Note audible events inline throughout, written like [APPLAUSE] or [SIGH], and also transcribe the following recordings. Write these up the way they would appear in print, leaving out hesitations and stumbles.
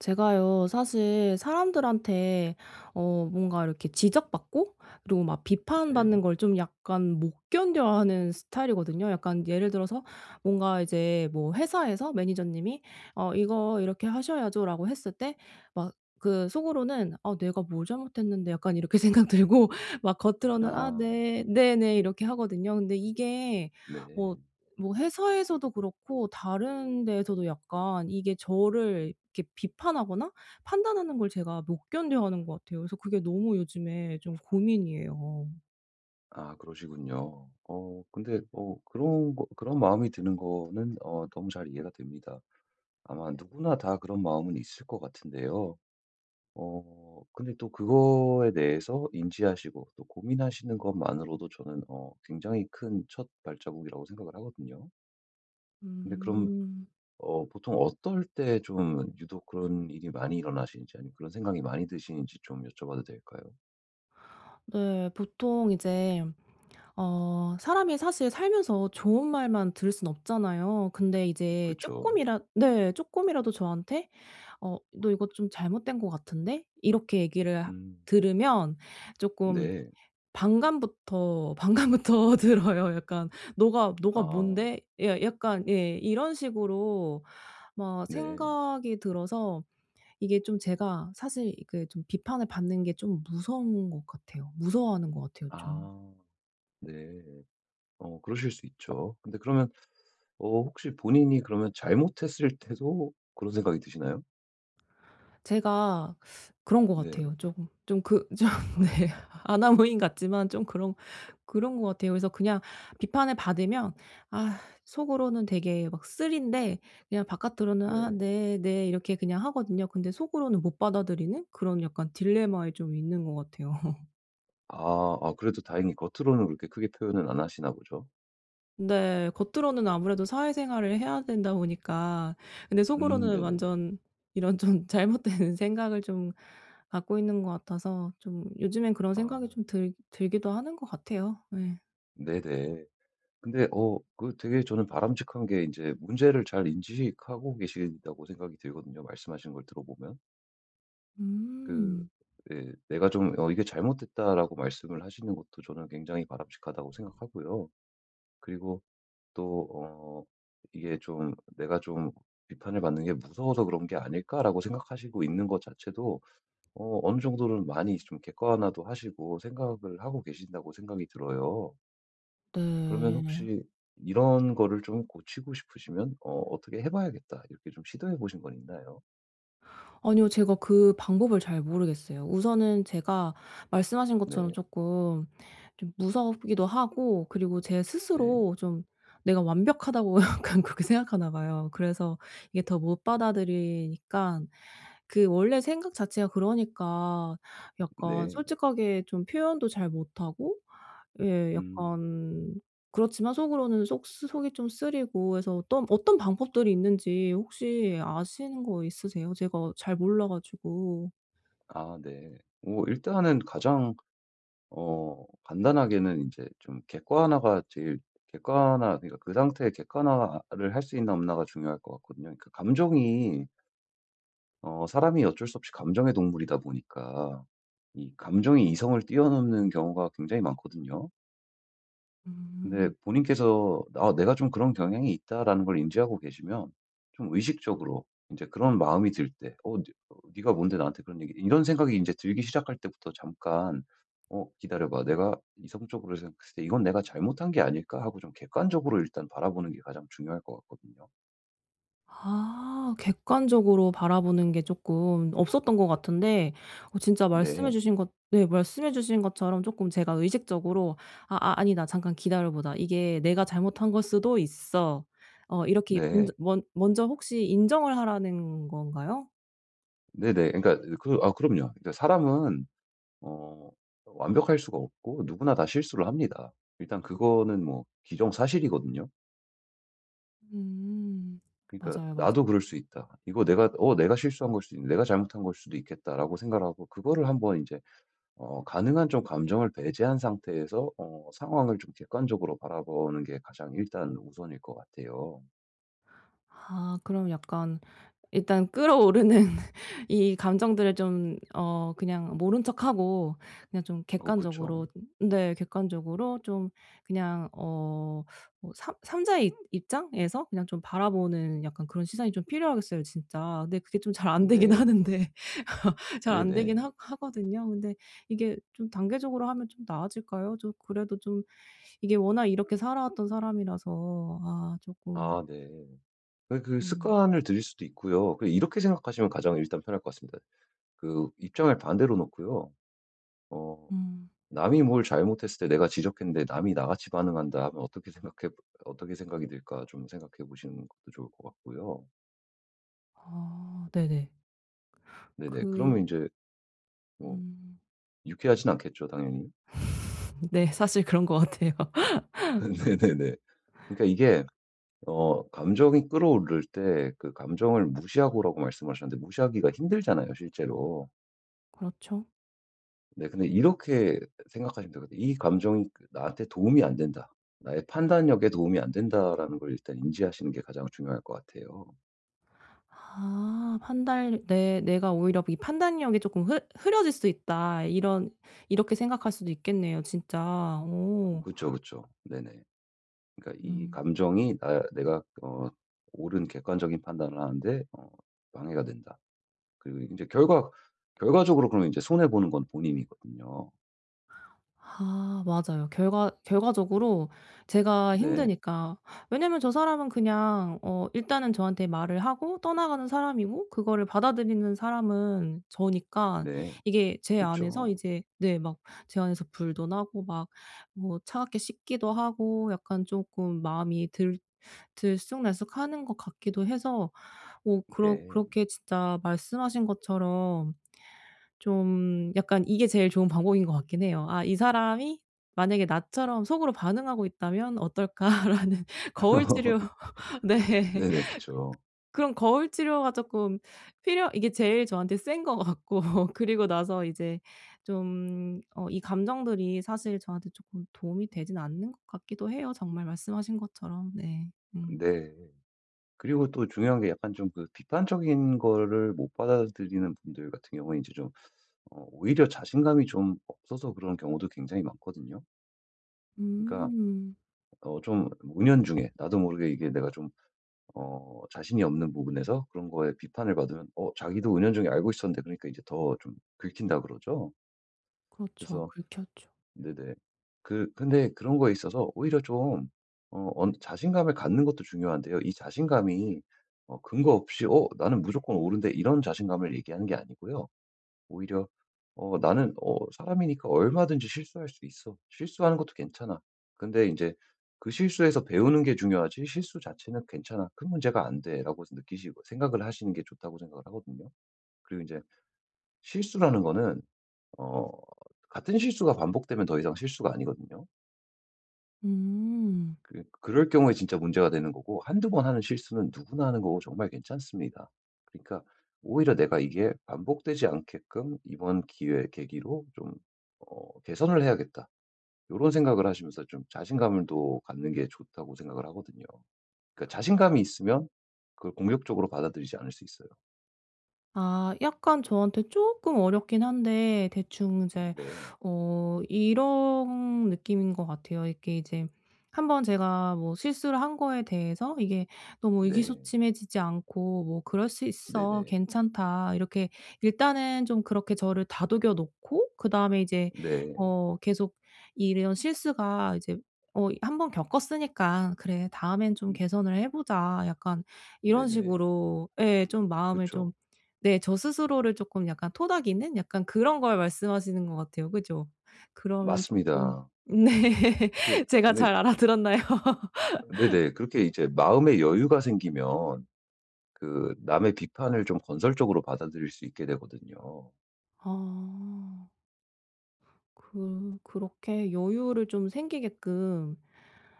제가요, 사실 사람들한테 뭔가 이렇게 지적받고 그리고 막 비판받는 네. 걸 좀 약간 못 견뎌하는 스타일이거든요. 약간 예를 들어서 뭔가 이제 뭐 회사에서 매니저님이 "어 이거 이렇게 하셔야죠."라고 했을 때 막 그 속으로는 '아 내가 뭘 잘못했는데.' 약간 이렇게 생각 들고 [LAUGHS] 막 겉으로는 '아 아 네. 네네.' 이렇게 하거든요. 근데 이게 어 네. 뭐 회사에서도 그렇고 다른 데에서도 약간 이게 저를 이렇게 비판하거나 판단하는 걸 제가 못 견뎌하는 것 같아요. 그래서 그게 너무 요즘에 좀 고민이에요. 아 그러시군요. 근데 그런 마음이 드는 거는 너무 잘 이해가 됩니다. 아마 누구나 다 그런 마음은 있을 것 같은데요. 근데 또 그거에 대해서 인지하시고 또 고민하시는 것만으로도 저는 굉장히 큰 첫 발자국이라고 생각을 하거든요. 근데 그럼 음. 보통 어떨 때 좀 유독 그런 일이 많이 일어나시는지 아니면 그런 생각이 많이 드시는지 좀 여쭤봐도 될까요? 네. 보통 이제 사람이 사실 살면서 좋은 말만 들을 순 없잖아요. 근데 이제 조금 그쵸. 이라 네. 조금이라도 저한테 "어 너 이거 좀 잘못된 것 같은데?" 이렇게 얘기를 하 음. 들으면 조금 네. 반감부터 [LAUGHS] 들어요. 약간 '너가 아 뭔데?' 약간 예 이런 식으로 막 네. 생각이 들어서 이게 좀 제가 사실 그 좀 비판을 받는 게 좀 무서운 것 같아요. 무서워하는 것 같아요 좀. 아 네. 그러실 수 있죠. 근데 그러면 혹시 본인이 그러면 잘못했을 때도 그런 생각이 드시나요? 제가 그런 것 네. 같아요. 조금 좀 그 [LAUGHS] 좀 아 네. 아나무인 같지만 좀 그런 그런 것 같아요. 그래서 그냥 비판을 받으면 아 속으로는 되게 막 쓰린데 그냥 바깥으로는 '아 네. 네, 네.' 이렇게 그냥 하거든요. 근데 속으로는 못 받아들이는 그런 약간 딜레마에 좀 있는 것 같아요. 아 그래도 다행히 겉으로는 그렇게 크게 표현은 안 하시나 보죠. 네. 겉으로는 아무래도 사회생활을 해야 된다 보니까 근데 속으로는 네네네. 완전 이런 좀 [LAUGHS] 잘못된 생각을 좀 갖고 있는 것 같아서 좀 요즘엔 그런 아 생각이 좀 들 들기도 하는 것 같아요. 예. 네네. 근데 그 되게 저는 바람직한 게 이제 문제를 잘 인지하고 계시다고 생각이 들거든요 말씀하시는 걸 들어보면. 그 음. 예 내가 좀 "이게 잘못됐다."라고 말씀을 하시는 것도 저는 굉장히 바람직하다고 생각하고요. 그리고 또 이게 좀 '내가 좀 비판을 받는 게 무서워서 그런 게 아닐까?'라고 생각하시고 있는 것 자체도 어느 정도는 많이 좀 객관화도 하시고 생각을 하고 계신다고 생각이 들어요. 그러면 네. 혹시 이런 거를 좀 고치고 싶으시면 '어떻게 해 봐야겠다.' 이렇게 좀 시도해 보신 건 있나요? 아니요. 제가 그 방법을 잘 모르겠어요. 우선은 제가 말씀하신 것처럼 네. 조금 좀 무섭기도 하고 그리고 제 네. 스스로 좀 내가 완벽하다고 [LAUGHS] 약간 그렇게 생각하나 봐요. 그래서 이게 더 못 받아들이니까 그 원래 생각 자체가 그러니까 약간 네. 솔직하게 좀 표현도 잘 못하고 예. 음. 약간 그렇지만 속으로는 속 속이 좀 쓰리고 해서 어떤 방법들이 있는지 혹시 아시는 거 있으세요? 제가 잘 몰라 가지고. 아 네. 뭐 일단은 가장 간단하게는 이제 좀 객관화 그러니까 그 상태의 객관화를 할 수 있나 없나가 중요할 것 같거든요. 그러니까 감정이 어 사람이 어쩔 수 없이 감정의 동물이다 보니까 이 감정이 이성을 뛰어넘는 경우가 굉장히 많거든요. 근데 음. 본인께서 '아 내가 좀 그런 경향이 있다.'라는 걸 인지하고 계시면 좀 의식적으로 이제 그런 마음이 들 때 '어 네 어 네가 뭔데 나한테 그런 얘기' 이런 생각이 이제 들기 시작할 때부터 잠깐 '어 기다려 봐. 내가 이성적으로 생각했을 때 이건 내가 잘못한 게 아닐까?' 하고 좀 객관적으로 일단 바라보는 게 가장 중요할 것 같거든요. 아 객관적으로 바라보는 게 쪼끔 없었던 것 같은데 진짜 말씀해 네. 주신 것, 네, 말씀해 주신 것처럼 쪼끔 제가 의식적으로 '아 아 아니다. 잠깐 기다려 보자. 이게 내가 잘못한 걸 수도 있어.' 어 이렇게 네. 먼저 혹시 인정을 하라는 건가요? 네네. 그러니까 그럼요. 그러니까 사람은 어 완벽할 수가 없고 누구나 다 실수를 합니다. 일단 그거는 뭐 기정사실이거든요. 음. 그러니까 맞아요, 맞아요. '나도 그럴 수 있다. 이거 내가 실수한 걸 수도 있는 내가 잘못한 걸 수도 있겠다.'라고 생각을 하고 그거를 한번 이제 가능한 좀 감정을 배제한 상태에서 상황을 좀 객관적으로 바라보는 게 가장 일단 우선일 것 같아요. 아 그럼 약간 일단 끌어오르는 [LAUGHS] 이 감정들을 좀 어 그냥 모른 척하고 그냥 좀 그쵸. 객관적으로 네 객관적으로 좀 그냥 어 뭐 삼 삼자의 입 입장에서 그냥 좀 바라보는 약간 그런 시선이 좀 필요하겠어요 진짜. 근데 그게 좀 잘 안 되긴 네. 하는데 [LAUGHS] 잘 안 되긴 네네. 하 하거든요. 근데 이게 좀 단계적으로 하면 좀 나아질까요? 좀 그래도 좀 이게 워낙 이렇게 살아왔던 사람이라서 아 조금 아 네. 그 음 습관을 들일 수도 있고요. 그 이렇게 생각하시면 가장 일단 편할 것 같습니다. 그 입장을 반대로 놓고요. 어 음 남이 뭘 잘못했을 때 내가 지적했는데 남이 나같이 반응한다 하면 어떻게 생각이 들까 좀 생각해 보시는 것도 좋을 것 같고요. 아 네네. 네네. 그러면 이그 제 뭐 음 유쾌하진 않겠죠 당연히. 네. 사실 그런 것 같아요. [LAUGHS] [LAUGHS] 네네네. 그러니까 이게 감정이 끌어오를 때 그 감정을 무시하고라고 말씀하셨는데 무시하기가 힘들잖아요 실제로. 그렇죠. 네 근데 이렇게 생각하시면 되거든요. '이 감정이 그 나한테 도움이 안 된다. 나의 판단력에 도움이 안 된다.'라는 걸 일단 인지하시는 게 가장 중요할 것 같아요. 아 판단 내 내가 오히려 이 '판단력이 쪼끔 흐 흐려질 수 있다.' 이런 이렇게 생각할 수도 있겠네요 진짜. 오. 그쵸, 그쵸. 네네. 그러니까 이 음. 감정이 나 내가 옳은 객관적인 판단을 하는데 방해가 된다. 그리고 이제 결과적으로 그러면 이제 손해 보는 건 본인이거든요. 아 맞아요. 결과적으로 제가 네. 힘드니까 왜냐면 저 사람은 그냥 어 일단은 저한테 말을 하고 떠나가는 사람이고 그거를 받아들이는 사람은 저니까 네. 이게 제 안에서 그쵸. 이제 네 막 제 안에서 불도 나고 막 뭐 차갑게 씻기도 하고 약간 조금 마음이 들 들쑥날쑥하는 것 같기도 해서 어 그러 네. 그렇게 진짜 말씀하신 것처럼 좀 약간 이게 제일 좋은 방법인 것 같긴 해요. '아 이 사람이 만약에 나처럼 속으로 반응하고 있다면 어떨까?'라는 [LAUGHS] 거울 치료 [LAUGHS] 네. 네네. 그쵸. 그런 거울 치료가 쪼끔 필요 이게 제일 저한테 센 것 같고 [LAUGHS] 그리고 나서 이제 좀 어 이 감정들이 사실 저한테 쪼끔 도움이 되진 않는 것 같기도 해요, 정말 말씀하신 것처럼. 네. 음. 네. 그리고 또 중요한 게 약간 좀 그 비판적인 거를 못 받아들이는 분들 같은 경우에 이제 좀 오히려 자신감이 좀 없어서 그런 경우도 굉장히 많거든요. 그러니까 음. 좀 은연중에 나도 모르게 이게 내가 좀 자신이 없는 부분에서 그런 거에 비판을 받으면 자기도 은연중에 알고 있었는데 그러니까 이제 더 좀 긁힌다 그러죠. 그렇죠. 그래서 긁혔죠. 네네. 그 근데 그런 거에 있어서 오히려 좀 어 언 자신감을 갖는 것도 중요한데요. 이 자신감이 근거 없이 '어 나는 무조건 옳은데.' 이런 자신감을 얘기하는 게 아니고요. 오히려 나는 사람이니까 얼마든지 실수할 수 있어. 실수하는 것도 괜찮아. 근데 이제 그 실수에서 배우는 게 중요하지 실수 자체는 괜찮아. 큰 문제가 안 돼라고 느끼시고 생각을 하시는 게 좋다고 생각을 하거든요. 그리고 이제 실수라는 거는 어 같은 실수가 반복되면 더 이상 실수가 아니거든요. 음. 그 그럴 경우에 진짜 문제가 되는 거고 한두 번 하는 실수는 누구나 하는 거고 정말 괜찮습니다. 그러니까 오히려 내가 이게 반복되지 않게끔 '이번 기회 계기로 좀 개선을 해야겠다.' 이런 생각을 하시면서 좀 자신감을 또 갖는 게 좋다고 생각을 하거든요. 그러니까 자신감이 있으면 그걸 공격적으로 받아들이지 않을 수 있어요. 아 약간 저한테 조금 어렵긴 한데 대충 이제 네. 어 이런 느낌인 것 같아요. 이게 이제 한번 제가 뭐 실수를 한 거에 대해서 이게 너무 네. 의기소침해지지 않고 뭐 '그럴 수 있어. 네네. 괜찮다.' 이렇게 일단은 좀 그렇게 저를 다독여 놓고 그다음에 이제 네. 어 계속 이런 실수가 이제 어 한번 겪었으니까 그래 다음엔 좀 음 개선을 해 보자.' 약간 이런 네네. 식으로 예 좀 마음을 그쵸. 좀 네. 저 스스로를 쪼끔 약간 토닥이는 약간 그런 걸 말씀하시는 것 같아요. 그죠? 그러면 쪼끔 맞습니다. [LAUGHS] 네. 그게 제가 근데 잘 알아들었나요? [LAUGHS] 네네. 그렇게 이제 마음의 여유가 생기면 그 남의 비판을 좀 건설적으로 받아들일 수 있게 되거든요. 아. 그렇게 여유를 좀 생기게끔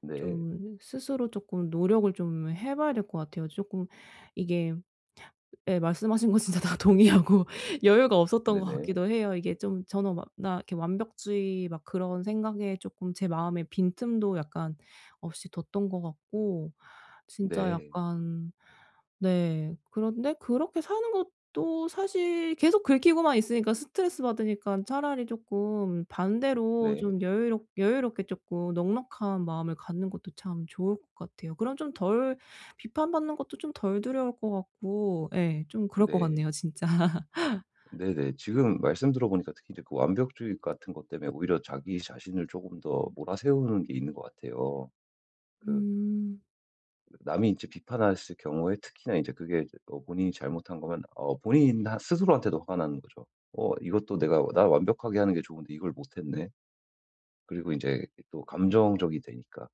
네. 좀 스스로 쪼끔 노력을 좀 해 봐야 될 것 같아요. 쪼끔 이게 예 말씀하신 거 진짜 다 동의하고 [LAUGHS] 여유가 없었던 것 네네. 같기도 해요. 이게 좀 저는 막 나 이렇게 완벽주의 막 그런 생각에 조금 제 마음에 빈틈도 약간 없이 뒀던 것 같고 진짜 네. 약간 네 그런데 그렇게 사는 것도 사실 계속 긁히고만 있으니까 스트레스 받으니까 차라리 조금 반대로 네. 좀 여유롭게 조금 넉넉한 마음을 갖는 것도 참 좋을 것 같아요. 그럼 좀덜 비판받는 것도 좀 덜 두려울 것 같고 예 좀 그럴 것 네. 같네요 진짜. [LAUGHS] 네네. 지금 말씀 들어보니까 특히 이제 그 완벽주의 같은 것 때문에 오히려 자기 자신을 조금 더 몰아세우는 게 있는 것 같아요. 그 음. 남이 이제 비판했을 경우에 특히나 이제 그게 이제 본인이 잘못한 거면 본인 하 스스로한테도 화가 나는 거죠. '어 이것도 내가 나 완벽하게 하는 게 좋은데 이걸 못했네.' 그리고 이제 또 감정적이 되니까.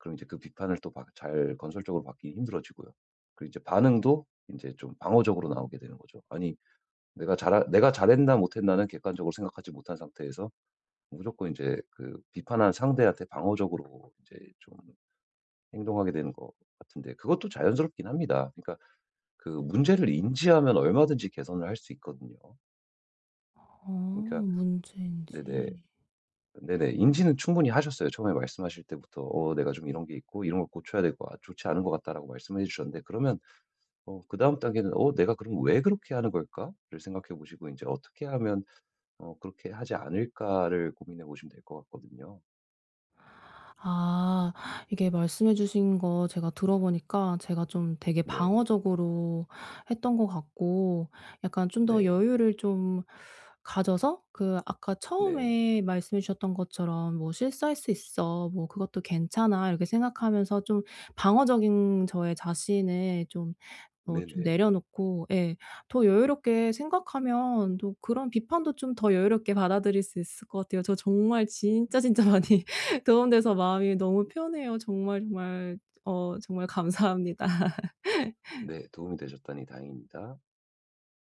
그럼 이제 그 비판을 또 잘 건설적으로 받기 힘들어지고요. 그리고 이제 반응도 이제 좀 방어적으로 나오게 되는 거죠. 아니 내가 잘했나 못했나는 객관적으로 생각하지 못한 상태에서 무조건 이제 그 비판한 상대한테 방어적으로 이제 좀 행동하게 되는 것 같은데 그것도 자연스럽긴 합니다. 그러니까 그 문제를 인지하면 얼마든지 개선을 할 수 있거든요. 그러니까 네네. 문제인지. 네네. 인지는 충분히 하셨어요. 처음에 말씀하실 때부터 "어 내가 좀 이런 게 있고 이런 걸 고쳐야 될 것 같 좋지 않은 것 같다."라고 말씀해 주셨는데 그러면 그다음 단계는 '어 내가 그럼 왜 그렇게 하는 걸까?'를 생각해 보시고 이제 '어떻게 하면 그렇게 하지 않을까?'를 고민해 보시면 될 것 같거든요. 아 이게 말씀해 주신 거 제가 들어보니까 제가 좀 되게 네. 방어적으로 했던 것 같고 약간 좀 더 네. 여유를 좀 가져서 그 아까 네. 처음에 말씀해 주셨던 것처럼 뭐 "실수할 수 있어. 뭐 그것도 괜찮아." 이렇게 생각하면서 좀 방어적인 저의 자신을 좀 어 좀 네네. 내려놓고 예 더 여유롭게 생각하면 또 그런 비판도 좀 더 여유롭게 받아들일 수 있을 것 같아요. 저 정말 진짜 진짜 많이 [LAUGHS] 도움돼서 마음이 너무 편해요. 정말 정말 정말 감사합니다. 네. 도움이 되셨다니 다행입니다.